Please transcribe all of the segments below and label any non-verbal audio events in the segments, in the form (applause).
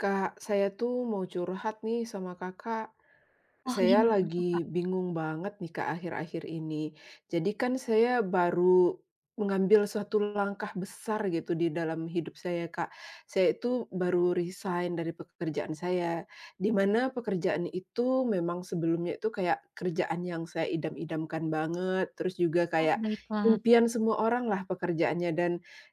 Kak, saya tuh mau curhat nih sama kakak. Oh, Saya gimana tuh, Kak? lagi bingung banget nih, Kak, akhir-akhir ini. Jadi kan saya baru mengambil suatu langkah besar gitu di dalam hidup saya, Kak. Saya itu baru resign dari pekerjaan saya, di mana pekerjaan itu memang sebelumnya itu kayak kerjaan yang saya idam-idamkan banget, terus juga Oh, kayak baiklah. impian semua orang lah pekerjaannya dan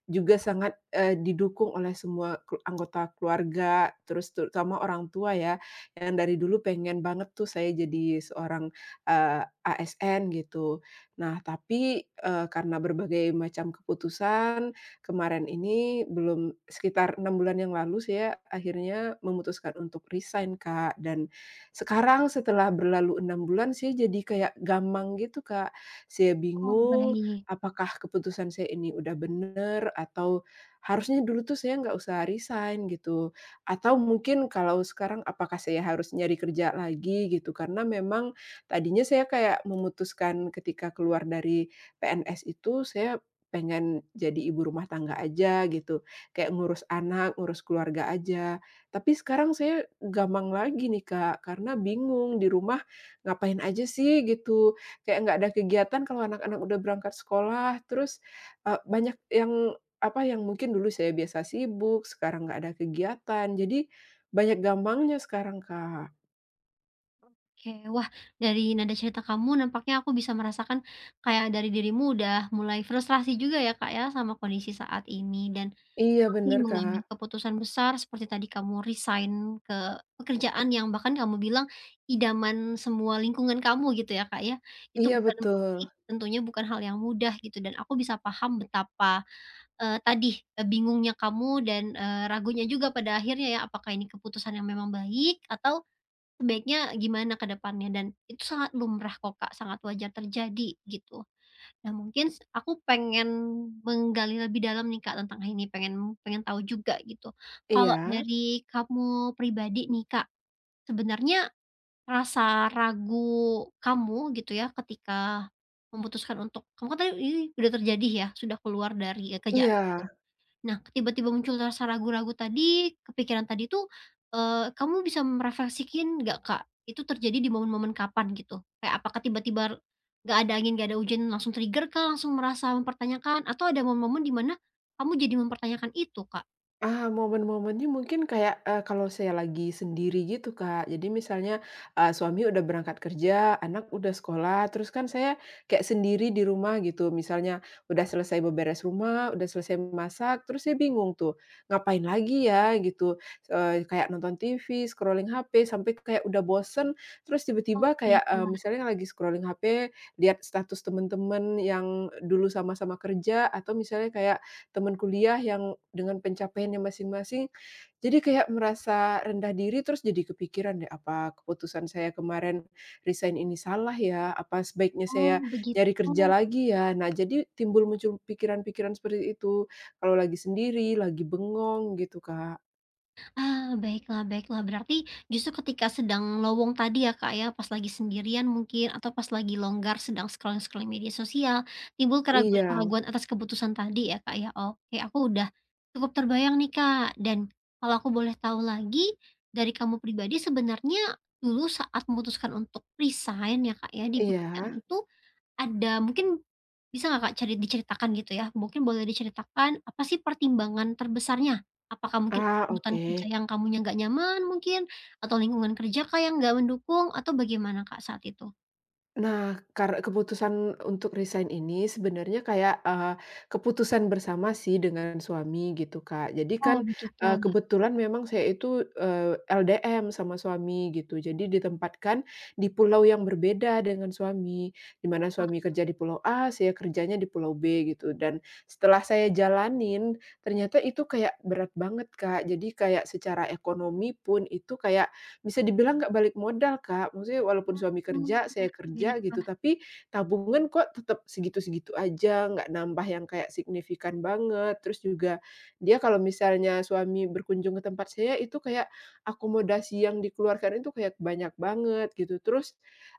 juga sangat, didukung oleh semua anggota keluarga, terus terutama orang tua ya yang dari dulu pengen banget tuh saya jadi seorang, ASN gitu. Nah tapi, karena berbagai macam keputusan, kemarin ini belum sekitar 6 bulan yang lalu saya akhirnya memutuskan untuk resign Kak, dan sekarang setelah berlalu 6 bulan saya jadi kayak gamang gitu Kak. Saya Oh, bingung baik. apakah keputusan saya ini udah bener atau harusnya dulu tuh saya nggak usah resign gitu. Atau mungkin kalau sekarang apakah saya harus nyari kerja lagi gitu, karena memang tadinya saya kayak memutuskan ketika keluar dari PNS itu, saya pengen jadi ibu rumah tangga aja gitu, kayak ngurus anak, ngurus keluarga aja. Tapi sekarang saya gamang lagi nih, Kak, karena bingung di rumah ngapain aja sih gitu, kayak nggak ada kegiatan kalau anak-anak udah berangkat sekolah, terus, banyak yang apa yang mungkin dulu saya biasa sibuk, sekarang nggak ada kegiatan, jadi banyak gampangnya sekarang, Kak. Oke, wah, dari nada cerita kamu nampaknya aku bisa merasakan kayak dari dirimu udah mulai frustrasi juga ya Kak ya sama kondisi saat ini. Dan Iya memang sih bener, Kak. mengambil keputusan besar seperti tadi kamu resign ke pekerjaan yang bahkan kamu bilang idaman semua lingkungan kamu gitu ya Kak ya. Itu Iya bukan pasti betul. tentunya bukan hal yang mudah gitu, dan aku bisa paham betapa eh, tadi bingungnya kamu dan ragunya juga pada akhirnya ya, apakah ini keputusan yang memang baik atau sebaiknya gimana ke depannya. Dan itu sangat lumrah kok, Kak, sangat wajar terjadi gitu. Nah, mungkin aku pengen menggali lebih dalam nih, Kak, tentang hal ini, pengen pengen tahu juga gitu. Kalau Iya dari kamu pribadi nih, Kak, sebenarnya rasa ragu kamu gitu ya ketika memutuskan untuk kamu kan tadi ini udah terjadi ya, sudah keluar dari kerjaan. iya. Nah, tiba-tiba muncul rasa ragu-ragu tadi, kepikiran tadi tuh, kamu bisa merefleksikin nggak, Kak, itu terjadi di momen-momen kapan gitu? Kayak apakah tiba-tiba nggak ada angin, nggak ada hujan langsung trigger kah, langsung merasa mempertanyakan, atau ada momen-momen di mana kamu jadi mempertanyakan itu, Kak? Ah, momen-momennya mungkin kayak, kalau saya lagi sendiri gitu, Kak. Jadi misalnya, suami udah berangkat kerja, anak udah sekolah, terus kan saya kayak sendiri di rumah gitu. Misalnya udah selesai beberes rumah, udah selesai masak, terus saya bingung tuh, ngapain lagi ya gitu, kayak nonton TV, scrolling HP, sampai kayak udah bosen, terus Oh, tiba-tiba kayak, baiklah. misalnya lagi scrolling HP, lihat status temen-temen yang dulu sama-sama kerja, atau misalnya kayak, teman kuliah yang dengan pencapaiannya masing-masing, jadi kayak merasa rendah diri, terus jadi kepikiran deh, "Apa keputusan saya kemarin resign ini salah ya? Apa sebaiknya saya Oh, nyari begitu. kerja lagi ya?" Nah, jadi timbul muncul pikiran-pikiran seperti itu, kalau lagi sendiri, lagi bengong gitu, Kak. Ah, baiklah, baiklah. Berarti justru ketika sedang lowong tadi ya, Kak, ya, pas lagi sendirian mungkin atau pas lagi longgar sedang scrolling-scrolling media sosial, timbul Iya keraguan-keraguan atas keputusan tadi ya, Kak, ya. Oke, aku udah cukup terbayang nih, Kak. Dan kalau aku boleh tahu lagi, dari kamu pribadi sebenarnya dulu saat memutuskan untuk resign ya, Kak, ya, di pekerjaan iya. itu ada mungkin bisa nggak Kak diceritakan gitu ya, mungkin boleh diceritakan apa sih pertimbangan terbesarnya? Apakah mungkin ada Ah, tuntutan oke. kerja yang kamunya nggak nyaman mungkin? Atau lingkungan kerja Kak yang nggak mendukung? Atau bagaimana Kak saat itu? Nah, keputusan untuk resign ini sebenarnya kayak, keputusan bersama sih dengan suami gitu, Kak. Jadi Oh, kan, begitu. Kebetulan memang saya itu, LDM sama suami gitu. Jadi ditempatkan di pulau yang berbeda dengan suami, di mana suami kerja di pulau A, saya kerjanya di pulau B gitu. Dan setelah saya jalanin, ternyata itu kayak berat banget, Kak. Jadi kayak secara ekonomi pun itu kayak bisa dibilang nggak balik modal, Kak. Maksudnya walaupun suami Aduh, kerja, saya oh, kerja gitu, baiklah. tapi tabungan kok tetap segitu-segitu aja, nggak nambah yang kayak signifikan banget. Terus juga dia kalau misalnya suami berkunjung ke tempat saya, itu kayak akomodasi yang dikeluarkan itu kayak banyak banget gitu. Terus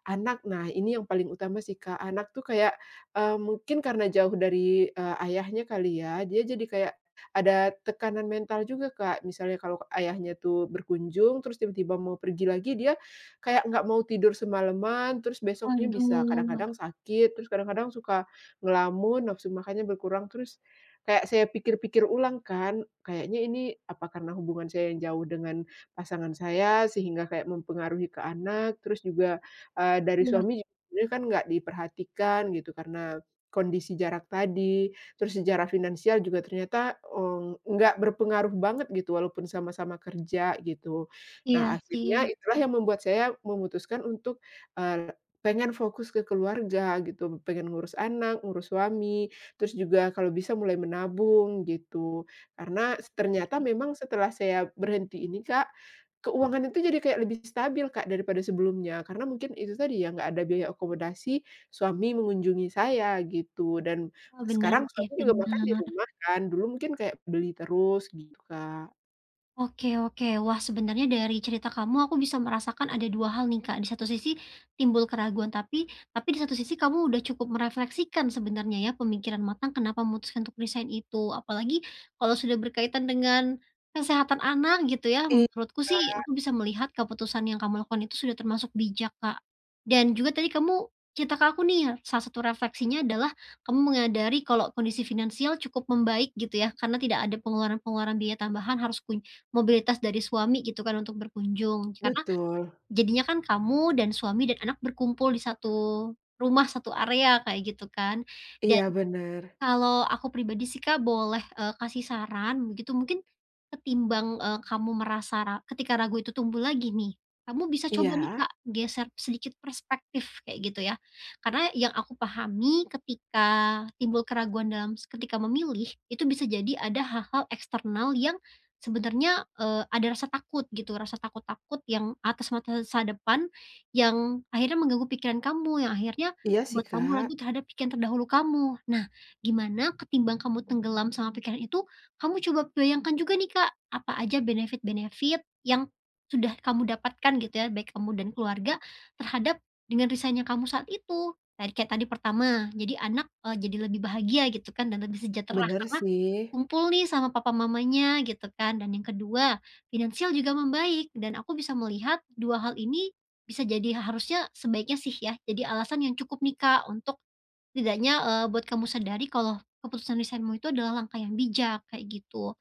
anak, nah ini yang paling utama sih, Kak. Anak tuh kayak, mungkin karena jauh dari, ayahnya kali ya, dia jadi kayak ada tekanan mental juga, Kak. Misalnya kalau ayahnya tuh berkunjung, terus tiba-tiba mau pergi lagi, dia kayak nggak mau tidur semalaman, terus besoknya bisa Waduh, kadang-kadang sakit, terus kadang-kadang suka ngelamun, nafsu makannya berkurang, terus kayak saya pikir-pikir ulang kan, kayaknya ini apa karena hubungan saya yang jauh dengan pasangan saya, sehingga kayak mempengaruhi ke anak, terus juga, dari iya, suami juga sebenarnya kan nggak diperhatikan gitu, karena kondisi jarak tadi. Terus sejarah finansial juga ternyata, nggak berpengaruh banget gitu walaupun sama-sama kerja gitu. Nah iya sih. akhirnya itulah yang membuat saya memutuskan untuk, eee, pengen fokus ke keluarga gitu, pengen ngurus anak, ngurus suami, terus juga kalau bisa mulai menabung gitu. Karena ternyata memang setelah saya berhenti ini Kak, keuangan itu jadi kayak lebih stabil Kak daripada sebelumnya. Karena mungkin itu tadi ya nggak ada biaya akomodasi, suami mengunjungi saya gitu dan Benar sekarang sih, suami juga makan di benar. rumah kan, dulu mungkin kayak beli terus gitu, Kak. Oke, oke. Wah, sebenarnya dari cerita kamu aku bisa merasakan ada 2 hal nih, Kak. Di satu sisi timbul keraguan, tapi di satu sisi kamu udah cukup merefleksikan sebenarnya ya, pemikiran matang kenapa memutuskan untuk resign itu. Apalagi kalau sudah berkaitan dengan kesehatan anak gitu ya, Iya, menurutku sih aku bisa melihat keputusan yang kamu lakukan itu sudah termasuk bijak, Kak. Dan juga tadi kamu cerita ke aku nih, salah satu refleksinya adalah kamu menyadari kalau kondisi finansial cukup membaik gitu ya, karena tidak ada pengeluaran-pengeluaran biaya tambahan harus mobilitas dari suami gitu kan untuk berkunjung, karena betul. jadinya kan kamu dan suami dan anak berkumpul di satu rumah, satu area kayak gitu kan. Dan Iya, bener. kalau aku pribadi sih, Kak, boleh, kasih saran begitu, mungkin ketimbang, kamu merasa ketika ragu itu tumbuh lagi nih, kamu bisa coba nih, Iya, Kak, geser sedikit perspektif kayak gitu ya. Karena yang aku pahami ketika timbul keraguan dalam s ketika memilih, itu bisa jadi ada hal-hal eksternal yang sebenarnya, ada rasa takut gitu, rasa takut-takut yang atas masa depan yang akhirnya mengganggu pikiran kamu, yang akhirnya iya sih, membuat kamu Kak, ragu terhadap pikiran terdahulu kamu. Nah, gimana ketimbang kamu tenggelam sama pikiran itu, kamu coba bayangkan juga nih, Kak, apa aja benefit-benefit yang sudah kamu dapatkan gitu ya, baik kamu dan keluarga terhadap dengan risahnya kamu saat itu. Tadi kayak tadi pertama, jadi anak, jadi lebih bahagia gitu kan dan lebih sejahtera bener karena sih. kumpul nih sama papa mamanya gitu kan, dan yang kedua finansial juga membaik. Dan aku bisa melihat 2 hal ini bisa jadi harusnya sebaiknya sih ya, jadi alasan yang cukup nih, Kak, untuk setidaknya, buat kamu sadari kalau keputusan lisanmu itu adalah langkah yang bijak, kayak gitu.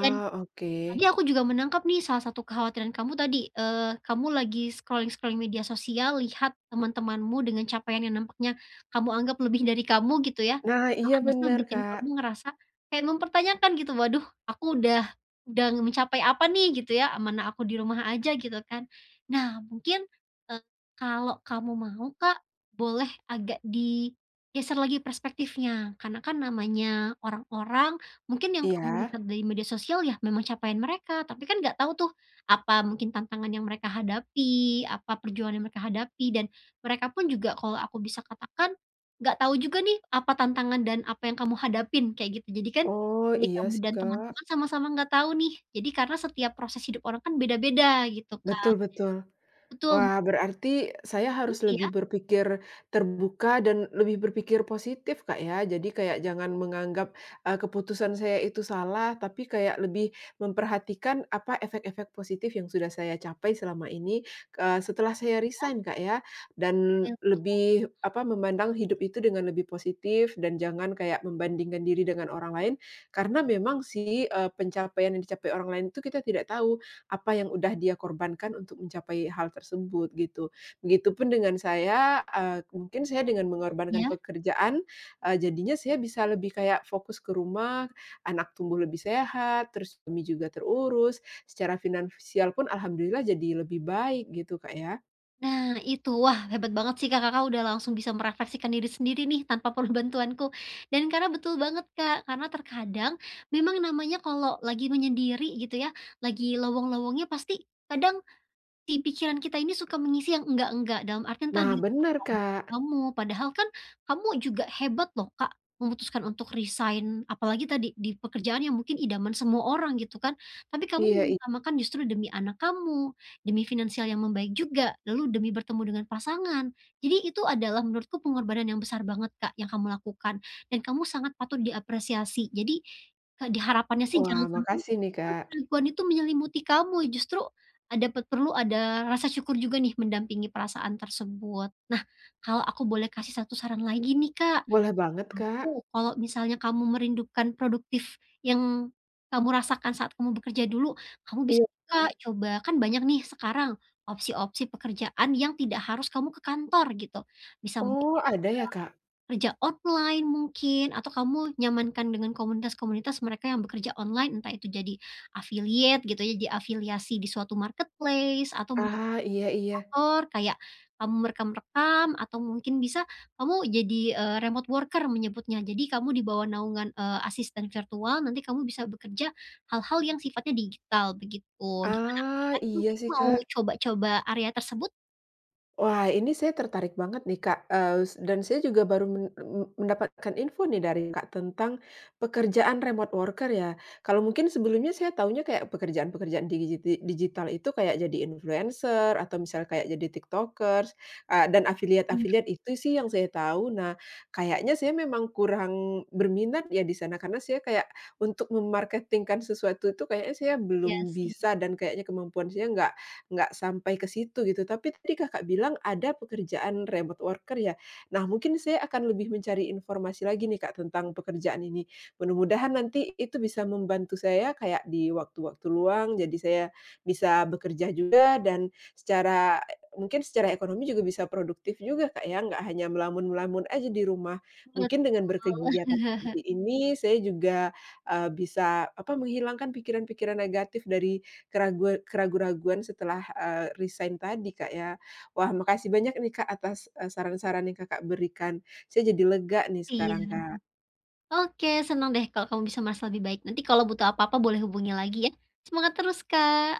Dan oke. tadi aku juga menangkap nih salah satu kekhawatiran kamu tadi, kamu lagi scrolling-scrolling media sosial, lihat teman-temanmu dengan capaian yang nampaknya kamu anggap lebih dari kamu gitu ya, Nah, iya heeh, justru bener, bikin Kak. kamu ngerasa kayak mempertanyakan gitu, "Waduh, aku udah mencapai apa nih?" Gitu ya, "Mana aku di rumah aja," gitu kan. Nah, mungkin, eee, kalau kamu mau, Kak, boleh agak digeser lagi perspektifnya, karena kan namanya orang-orang, mungkin yang kamu Iya. lihat dari media sosial ya memang capaian mereka, tapi kan nggak tahu tuh apa mungkin tantangan yang mereka hadapi, apa perjuangan yang mereka hadapi. Dan mereka pun juga kalau aku bisa katakan, nggak tahu juga nih apa tantangan dan apa yang kamu hadapin, kayak gitu. Jadi kan Oh, baik iya kamu sih, dan Kak. teman-teman sama-sama nggak tahu nih. Jadi karena setiap proses hidup orang kan beda-beda gitu, Kak. Betul betul. Betul, Wah, berarti saya mhm, harus lebih iya, berpikir terbuka dan lebih berpikir positif, Kak, ya. Jadi kayak jangan menganggap, keputusan saya itu salah, tapi kayak lebih memperhatikan apa efek-efek positif yang sudah saya capai selama ini, setelah saya resign, Kak, ya. Dan betul, lebih, apa, memandang hidup itu dengan lebih positif dan jangan kayak membandingkan diri dengan orang lain, karena memang sih, pencapaian yang dicapai orang lain itu kita tidak tahu. Apa yang udah dia korbankan untuk mencapai hal tersebut, gitu. Begitupun dengan saya, mungkin saya dengan mengorbankan iya. pekerjaan, jadinya saya bisa lebih kayak fokus ke rumah, anak tumbuh lebih sehat, terus suami juga terurus, secara finansial pun alhamdulillah jadi lebih baik gitu, Kak, ya. Nah itu, wah, hebat banget sih Kak, Kakak udah langsung bisa merefleksikan diri sendiri nih tanpa perlu (laughs) bantuanku. Dan karena betul banget Kak, karena terkadang memang namanya kalau lagi menyendiri gitu ya, lagi lowong-lowongnya pasti kadang si pikiran kita ini suka mengisi yang enggak-enggak, dalam artian Nah, tadi iya, benar Kak. kamu, padahal kan kamu juga hebat loh, Kak, memutuskan untuk resign, apalagi tadi di pekerjaan yang mungkin idaman semua orang gitu kan, tapi kamu Iya i mengutamakan justru demi anak kamu, demi finansial yang membaik juga, lalu demi bertemu dengan pasangan. Jadi itu adalah menurutku pengorbanan yang besar banget, Kak, yang kamu lakukan dan kamu sangat patut diapresiasi. Jadi, Kak, di harapannya sih wah, jangan sampai makasih nih, Kak. keraguan itu menyelimuti kamu, justru ada perlu ada rasa syukur juga nih mendampingi perasaan tersebut. Nah, kalau aku boleh kasih satu saran lagi nih, Kak. Boleh banget, Kak. Siapa kalau misalnya kamu merindukan produktif yang kamu rasakan saat kamu bekerja dulu, kamu bisa Iya ya? Kak, coba kan banyak nih sekarang opsi-opsi pekerjaan yang tidak harus kamu ke kantor gitu. Bisa Oh, ada ya, Kak? kerja online mungkin, atau kamu nyamankan dengan komunitas-komunitas mereka yang bekerja online, entah itu jadi affiliate gitu ya, jadi afiliasi di suatu marketplace atau mungkin Ah, iya iya. kantor kayak kamu merekam-rekam atau mungkin bisa kamu jadi, remote worker menyebutnya. Jadi kamu di bawah naungan, asisten virtual, nanti kamu bisa bekerja hal-hal yang sifatnya digital begitu. Gimana, Ah, tertarik iya mungkin sih, mau Kak. coba-coba area tersebut? Wah, ini saya tertarik banget nih, Kak, eee, s dan saya juga baru mendapatkan info nih dari Kak tentang pekerjaan remote worker ya. Kalau mungkin sebelumnya saya taunya kayak pekerjaan-pekerjaan digital itu kayak jadi influencer atau misal kayak jadi tiktokers, dan Bener. afiliat-afiliat itu sih yang saya tahu. Nah, kayaknya saya memang kurang berminat ya di sana karena saya kayak untuk memarketingkan sesuatu itu kayaknya saya Iya belum sih, bisa dan kayaknya kemampuan saya nggak sampai ke situ gitu. Tapi tadi Kakak bilang ada pekerjaan remote worker ya. Nah, mungkin saya akan lebih mencari informasi lagi nih Kak tentang pekerjaan ini. Mudah-mudahan nanti itu bisa membantu saya kayak di waktu-waktu luang, jadi saya bisa bekerja juga dan secara mungkin secara ekonomi juga bisa produktif juga Kak ya, nggak hanya melamun-melamun aja di rumah. betul. Mungkin dengan berkegiatan seperti ini saya juga, bisa apa, menghilangkan pikiran-pikiran negatif dari keraguan keraguan setelah, resign tadi, Kak, ya. Wah, makasih banyak nih, Kak, atas, saran-saran yang Kakak berikan. Saya jadi lega nih sekarang, Iya. Kak. Oke, senang deh kalau kamu bisa merasa lebih baik. Nanti kalau butuh apa-apa boleh hubungi lagi ya. Semangat terus, Kak.